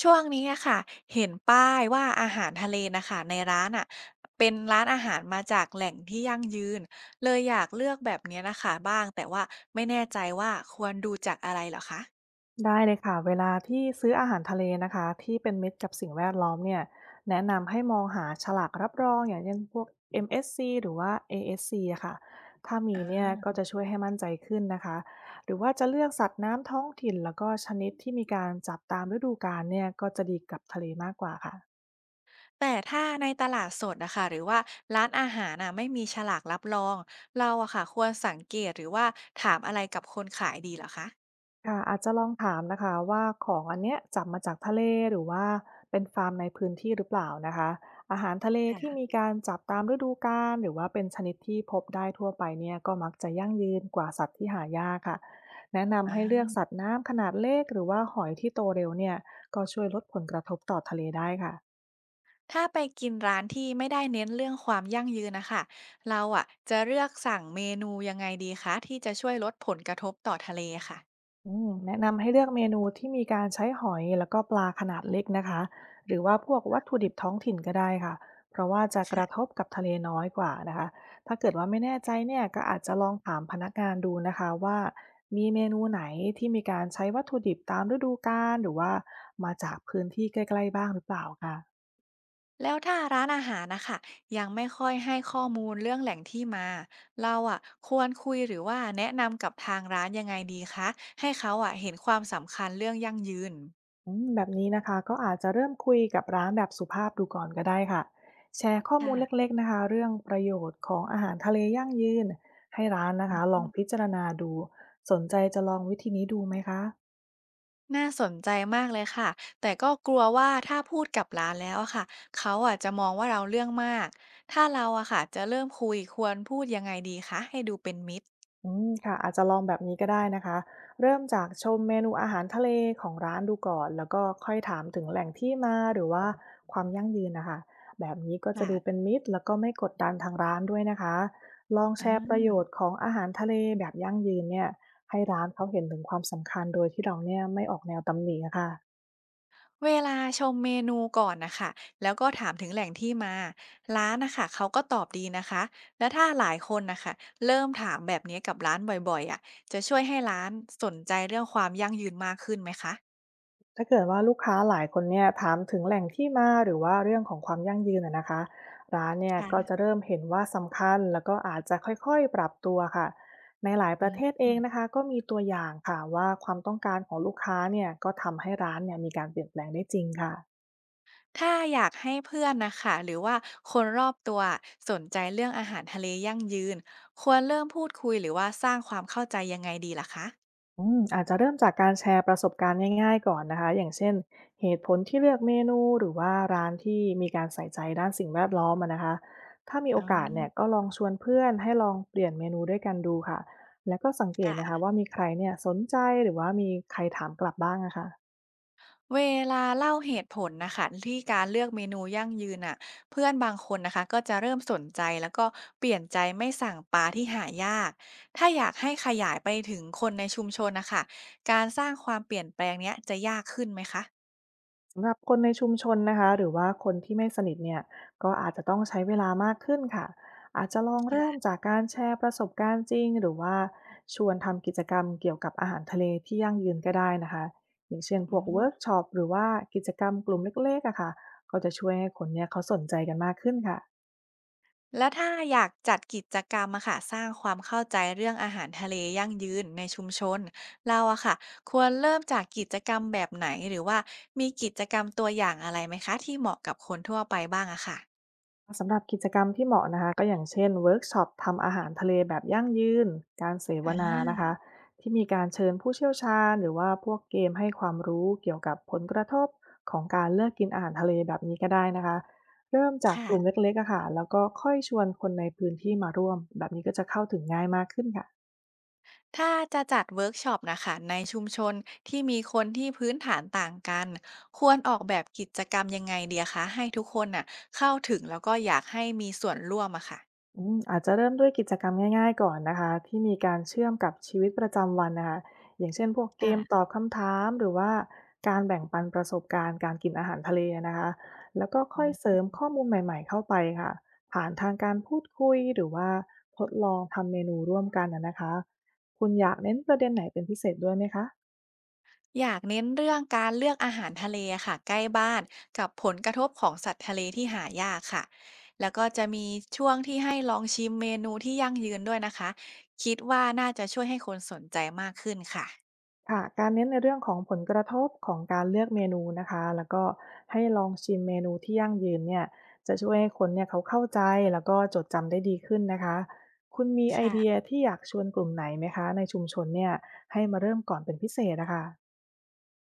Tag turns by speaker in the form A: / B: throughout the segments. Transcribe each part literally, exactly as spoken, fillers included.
A: ช่วงนี้อะค่ะเห็นป้ายว่าอาหารทะเลนะค่ะในร้านอ่ะเป็นร้านอาหารมาจากแหล่งที่ยั่งยืนเลยอยากเลือกแบบเนี้ยน่ะค่ะบ้างแต่ว่าไม่แน่ใจว่าควรดูจากอะไรเหรอคะ
B: ได้เลยค่ะเวลาที่ซื้ออาหารทะเลนะคะที่เป็นมิตรกับสิ่งแวดล้อมเนี่ยแนะนำให้มองหาฉลากรับรองอย่างเช่นพวก เอ็ม เอส ซี หรือว่า เอ เอส ซี อเอสซีอะค่ะถ้ามีเนี่ย
A: อา
B: ก็จะช่วยให้มั่นใจขึ้นนะคะหรือว่าจะเลือกสัตว์น้ำท้องถิ่นแล้วก็ชนิดที่มีการจับตามฤดูกาลเนี่ยก็จะดีกับทะเลมากกว่าค่ะ
A: แต่ถ้าในตลาดสดนะคะหรือว่าร้านอาหารน่ะไม่มีฉลากรับรองเราอะค่ะควรสังเกตหรือว่าถามอะไรกับคนขายดีเหรอคะ
B: ค่ะอาจจะลองถามนะคะว่าของอันเนี้ยจับมาจากทะเลหรือว่าเป็นฟาร์มในพื้นที่หรือเปล่านะคะอาหารทะเลที่มี
A: ค่ะ
B: การจับตามฤดูกาลหรือว่าเป็นชนิดที่พบได้ทั่วไปเนี่ยก็มักจะยั่งยืนกว่าสัตว์ที่หายากค่ะแนะนำให้เลือกสัตว์น้ำขนาดเล็กหรือว่าหอยที่โตเร็วเนี่ยก็ช่วยลดผลกระทบต่อทะเลได้ค่ะ
A: ถ้าไปกินร้านที่ไม่ได้เน้นเรื่องความยั่งยืนนะคะเราอ่ะจะเลือกสั่งเมนูยังไงดีคะที่จะช่วยลดผลกระทบต่อทะเลค่ะ
B: อืมแนะนำให้เลือกเมนูที่มีการใช้หอยแล้วก็ปลาขนาดเล็กนะคะหรือว่าพวกวัตถุดิบท้องถิ่นก็ได้ค่ะเพราะว่าจะกระท
A: ค่ะ
B: บกับทะเลน้อยกว่านะคะถ้าเกิดว่าไม่แน่ใจเนี่ยก็อาจจะลองถามพนักงานดูนะคะว่ามีเมนูไหนที่มีการใช้วัตถุดิบตามฤดูกาลหรือว่ามาจากพื้นที่ใกล้ๆบ้างหรือเปล่าค่ะ
A: แล้วถ้าร้านอาหารนะคะยังไม่ค่อยให้ข้อมูลเรื่องแหล่งที่มาเราอ่ะควรคุยหรือว่าแนะนำกับทางร้านยังไงดีคะให้เขาอ่ะเห็นความสำคัญเรื่องยั่งยืน
B: อืมแบบนี้นะคะก็อาจจะเริ่มคุยกับร้านแบบสุภาพดูก่อนก็ได้ค่ะแชร์ข้อมูล
A: ค่ะ
B: เล็กๆนะคะเรื่องประโยชน์ของอาหารทะเลยั่งยืนให้ร้านนะคะลองพิจารณาดูสนใจจะลองวิธีนี้ดูไหมคะ
A: น่าสนใจมากเลยค่ะแต่ก็กลัวว่าถ้าพูดกับร้านแล้วอะค่ะเขาอาจจะมองว่าเราเรื่องมากถ้าเราอะค่ะจะเริ่มคุยควรพูดยังไงดีคะให้ดูเป็นมิตร
B: อืมค่ะอาจจะลองแบบนี้ก็ได้นะคะเริ่มจากชมเมนูอาหารทะเลของร้านดูก่อนแล้วก็ค่อยถามถึงแหล่งที่มาหรือว่าความยั่งยืนนะคะแบบนี้ก็จะ
A: ค่ะ
B: ดูเป็นมิตรแล้วก็ไม่กดดันทางร้านด้วยนะคะลอง
A: อ่
B: แชร์ประโย
A: า
B: ชน์ของอาหารทะเลแบบยั่งยืนเนี่ยให้ร้านเขาเห็นถึงความสำคัญโดยที่เราเนี่ยไม่ออกแนวตำหนิอะค่ะ
A: เวลาชมเมนูก่อนนะคะแล้วก็ถามถึงแหล่งที่มาร้านนะคะเขาก็ตอบดีนะคะและถ้าหลายคนนะคะเริ่มถามแบบนี้กับร้านบ่อยๆอะจะช่วยให้ร้านสนใจเรื่องความยั่งยืนมากขึ้นไหมคะ
B: ถ้าเกิดว่าลูกค้าหลายคนเนี่ยถามถึงแหล่งที่มาหรือว่าเรื่องของความยั่งยืนอะนะคะร้านเนี่ยก็
A: ค่ะ
B: จะเริ่มเห็นว่าสำคัญแล้วก็อาจจะค่อยๆปรับตัวค่ะในหลายป
A: อื
B: ระเทศเอง
A: ม
B: นะคะก็มีตัวอย่างค่ะว่าความต้องการของลูกค้าเนี่ยก็ทำให้ร้านเนี่ยมีการเปลี่ยนแปลงได้จริงค่ะ
A: ถ้าอยากให้เพื่อนนะคะหรือว่าคนรอบตัวสนใจเรื่องอาหารทะเลยั่งยืนควรเริ่มพูดคุยหรือว่าสร้างความเข้าใจยังไงดีล่ะคะ
B: อืมอาจจะเริ่มจากการแชร์ประสบการณ์ง่ายๆก่อนนะคะอย่างเช่นเหตุผลที่เลือกเมนูหรือว่าร้านที่มีการใส่ใจด้านสิ่งแวดล้อมอะนะคะถ้ามีโอกาส
A: อา
B: เนี่ยก็ลองชวนเพื่อนให้ลองเปลี่ยนเมนูด้วยกันดูค่ะ แล้วก็สังเกตนะ
A: ค่ะ
B: คะว่ามีใครเนี่ยสนใจหรือว่ามีใครถามกลับบ้างนะค่ะ
A: เวลาเล่าเหตุผลนะคะที่การเลือกเมนูยั่งยืนอ่ะเพื่อนบางคนนะคะก็จะเริ่มสนใจแล้วก็เปลี่ยนใจไม่สั่งปลาที่หายากถ้าอยากให้ขยายไปถึงคนในชุมชนนะคะการสร้างความเปลี่ยนแปลงเนี้ยจะยากขึ้นไหมคะ
B: สำหรับคนในชุมชนนะคะหรือว่าคนที่ไม่สนิทเนี่ยก็อาจจะต้องใช้เวลามากขึ้นค่ะอาจจะลองเริ่ม
A: ค่ะ
B: จากการแชร์ประสบการณ์จริงหรือว่าชวนทำกิจกรรมเกี่ยวกับอาหารทะเลที่ยั่งยืนก็ได้นะคะอย่างเช่นพ
A: อื
B: วกเวิร์ก
A: ม
B: ช็อปหรือว่ากิจกรรมกลุ่มเล็กๆอะค่ะก็จะช่วยให้คนเนี่ยเขาสนใจกันมากขึ้นค่ะ
A: แล้วถ้าอยากจัดกิจกรรมอะค่ะสร้างความเข้าใจเรื่องอาหารทะเลยั่งยืนในชุมชนเราอะค่ะควรเริ่มจากกิจกรรมแบบไหนหรือว่ามีกิจกรรมตัวอย่างอะไรไหมคะที่เหมาะกับคนทั่วไปบ้างอะค่ะ
B: สำหรับกิจกรรมที่เหมาะนะคะก็อย่างเช่นเวิร์กช็อปทำอาหารทะเลแบบยั่งยืนการเส
A: อ
B: วนานะคะ
A: า
B: ที่มีการเชิญผู้เชี่ยวชาญหรือว่าพวกเกมให้ความรู้เกี่ยวกับผลกระทบของการเลิกกินอาหารทะเลแบบนี้ก็ได้นะคะเริ่มจากกลุ่ม
A: ค่ะ
B: เล็กๆอะค่ะแล้วก็ค่อยชวนคนในพื้นที่มาร่วมแบบนี้ก็จะเข้าถึงง่ายมากขึ้นค่ะ
A: ถ้าจะจัดเวิร์กช็อปนะคะในชุมชนที่มีคนที่พื้นฐานต่างกันควรออกแบบกิจกรรมยังไงเดียะคะให้ทุกคนน่ะเข้าถึงแล้วก็อยากให้มีส่วนร่วมอะค่ะ
B: อืมอาจจะเริ่มด้วยกิจกรรมง่ายๆก่อนนะคะที่มีการเชื่อมกับชีวิตประจำวันนะคะอย่างเช่นพวกเกมต
A: ค่ะ
B: อบคำถามหรือว่าการแบ่งปันประสบการณ์การกินอาหารทะเลนะคะแล้วก็ค่อยเสริมข้อมูลใหม่ๆเข้าไปค่ะผ่านทางการพูดคุยหรือว่าทดลองทำเมนูร่วมกันนะนะคะคุณอยากเน้นประเด็นไหนเป็นพิเศษด้วยไหมคะ
A: อยากเน้นเรื่องการเลือกอาหารทะเลค่ะใกล้บ้านกับผลกระทบของสัตว์ทะเลที่หายากค่ะแล้วก็จะมีช่วงที่ให้ลองชิมเมนูที่ยั่งยืนด้วยนะคะคิดว่าน่าจะช่วยให้คนสนใจมากขึ้นค่ะ
B: ค่ะการเน้นในเรื่องของผลกระทบของการเลือกเมนูนะคะแล้วก็ให้ลองชิมเมนูที่ยั่งยืนเนี่ยจะช่วยให้คนเนี่ยเขาเข้าใจแล้วก็จดจำได้ดีขึ้นนะคะคุณมีไอเดีย
A: ค่ะ
B: ที่อยากชวนกลุ่มไหนไหมคะในชุมชนเนี่ยให้มาเริ่มก่อนเป็นพิเศษนะคะ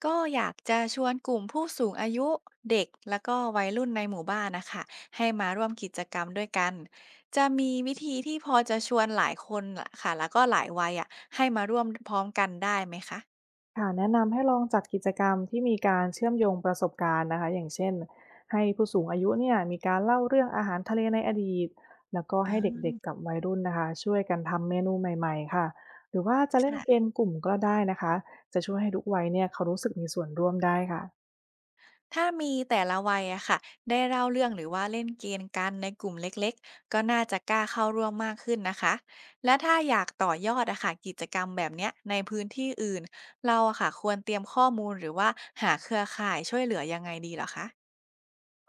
A: ก็อยากจะชวนกลุ่มผู้สูงอายุเด็กแล้วก็วัยรุ่นในหมู่บ้านนะคะให้มาร่วมกิจกรรมด้วยกันจะมีวิธีที่พอจะชวนหลายคนล่ะค่ะแล้วก็หลายวัยอ่ะให้มาร่วมพร้อมกันได้ไหมคะ
B: ค่ะแนะนำให้ลองจัดกิจกรรมที่มีการเชื่อมโยงประสบการณ์นะคะอย่างเช่นให้ผู้สูงอายุเนี่ยมีการเล่าเรื่องอาหารทะเลในอดีตแล้วก็
A: อ่
B: ให้เ
A: า
B: ด็กๆกับวัยรุ่นนะคะช่วยกันทำเมนูใหม่ๆค่ะหรือว่าจะเล่นเก
A: ค่ะ
B: มกลุ่มก็ได้นะคะจะช่วยให้ทุกวัยเนี่ยเขารู้สึกมีส่วนร่วมได้ค่ะ
A: ถ้ามีแต่ละวัยอะค่ะได้เล่าเรื่องหรือว่าเล่นเกมกันในกลุ่มเล็กๆ ก็น่าจะกล้าเข้าร่วมมากขึ้นนะคะ และถ้าอยากต่อยอดอะค่ะกิจกรรมแบบเนี้ยในพื้นที่อื่นเราอะค่ะควรเตรียมข้อมูลหรือว่าหาเครือข่ายช่วยเหลือยังไงดีเหรอคะ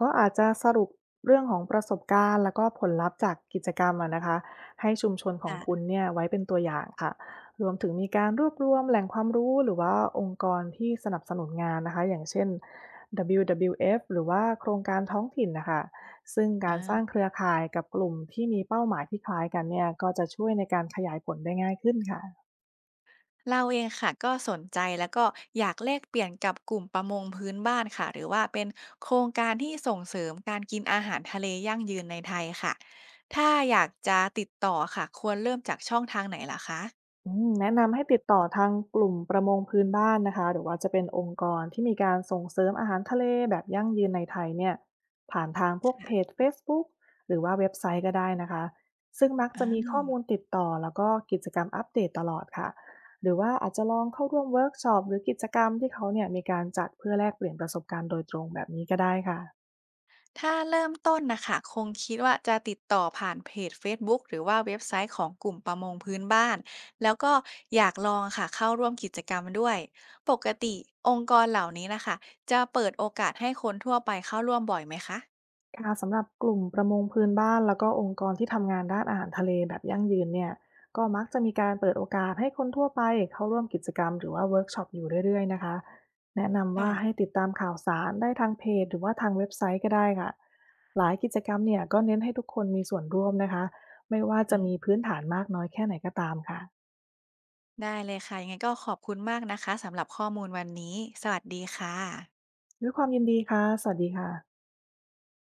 B: ก็อาจจะสรุปเรื่องของประสบการณ์แล้วก็ผลลัพธ์จากกิจกรรมอะนะคะให้ชุมชนของคุณ
A: ค่ะ
B: เนี่ยไว้เป็นตัวอย่างค่ะรวมถึงมีการรวบรวมแหล่งความรู้หรือว่าองค์กรที่สนับสนุนงานนะคะอย่างเช่น ดับเบิลยู ดับเบิลยู เอฟ หรือว่าโครงการท้องถิ่นนะคะซึ่ง
A: อ่
B: การสร้าง
A: า
B: เครือข่ายกับกลุ่มที่มีเป้าหมายที่คล้ายกันเนี่ยก็จะช่วยในการขยายผลได้ง่ายขึ้นค่ะ
A: เราเองค่ะก็สนใจแล้วก็อยากแลกเปลี่ยนกับกลุ่มประมงพื้นบ้านค่ะหรือว่าเป็นโครงการที่ส่งเสริมการกินอาหารทะเลยั่งยืนในไทยค่ะถ้าอยากจะติดต่อค่ะควรเริ่มจากช่องทางไหนล่ะคะ
B: อืมแนะนำให้ติดต่อทางกลุ่มประมงพื้นบ้านนะคะหรือว่าจะเป็นองค์กรที่มีการส่งเสริมอาหารทะเลแบบยั่งยืนในไทยเนี่ยผ่านทางพวกเพ
A: ค่ะ
B: จ Facebook หรือว่าเว็บไซต์ก็ได้นะคะซึ่งมักจะมีข้อ
A: อ่า
B: มูลติดต่อแล้วก็กิจกรรมอัปเดตตลอดค่ะหรือว่าอาจจะลองเข้าร่วมเวิร์กช็อปหรือกิจกรรมที่เขาเนี่ยมีการจัดเพื่อแลกเปลี่ยนประสบการณ์โดยตรงแบบนี้ก็ได้ค่ะ
A: ถ้าเริ่มต้นนะคะคงคิดว่าจะติดต่อผ่านเพจ f ฟซบ b ๊กหรือว่าเว็บไซต์ของกลุ่มประมงพื้นบ้านแล้วก็อยากลองค่ะเข้าร่วมกิจกรรมด้วยปกติองค์กรเหล่านี้นะคะจะเปิดโอกาสให้คนทั่วไปเข้าร่วมบ่อยไหมคะ
B: ค่ะสำหรับกลุ่มประมงพื้นบ้านแล้วก็องค์กรที่ทำงานด้านอาหารทะเลแบบยั่งยืนเนี่ยก็มักจะมีการเปิดโอกาสให้คนทั่วไปเข้าร่วมกิจกรรมหรือว่าเวิร์กช็อปอยู่เรื่อยๆนะคะแนะนำ
A: ค่ะ
B: ว่าให้ติดตามข่าวสารได้ทางเพจหรือว่าทางเว็บไซต์ก็ได้ค่ะหลายกิจกรรมเนี่ยก็เน้นให้ทุกคนมีส่วนร่วมนะคะไม่ว่า
A: อื
B: จะมี
A: ม
B: พื้นฐานมากน้อยแค่ไหนก็ตามค่ะ
A: ได้เลยค่ะ ยังไงก็ขอบคุณมากนะคะสำหรับข้อมูลวันนี้ สวัสดีค่ะ
B: ด้วยความยินดีค่ะสวัสดีค่ะ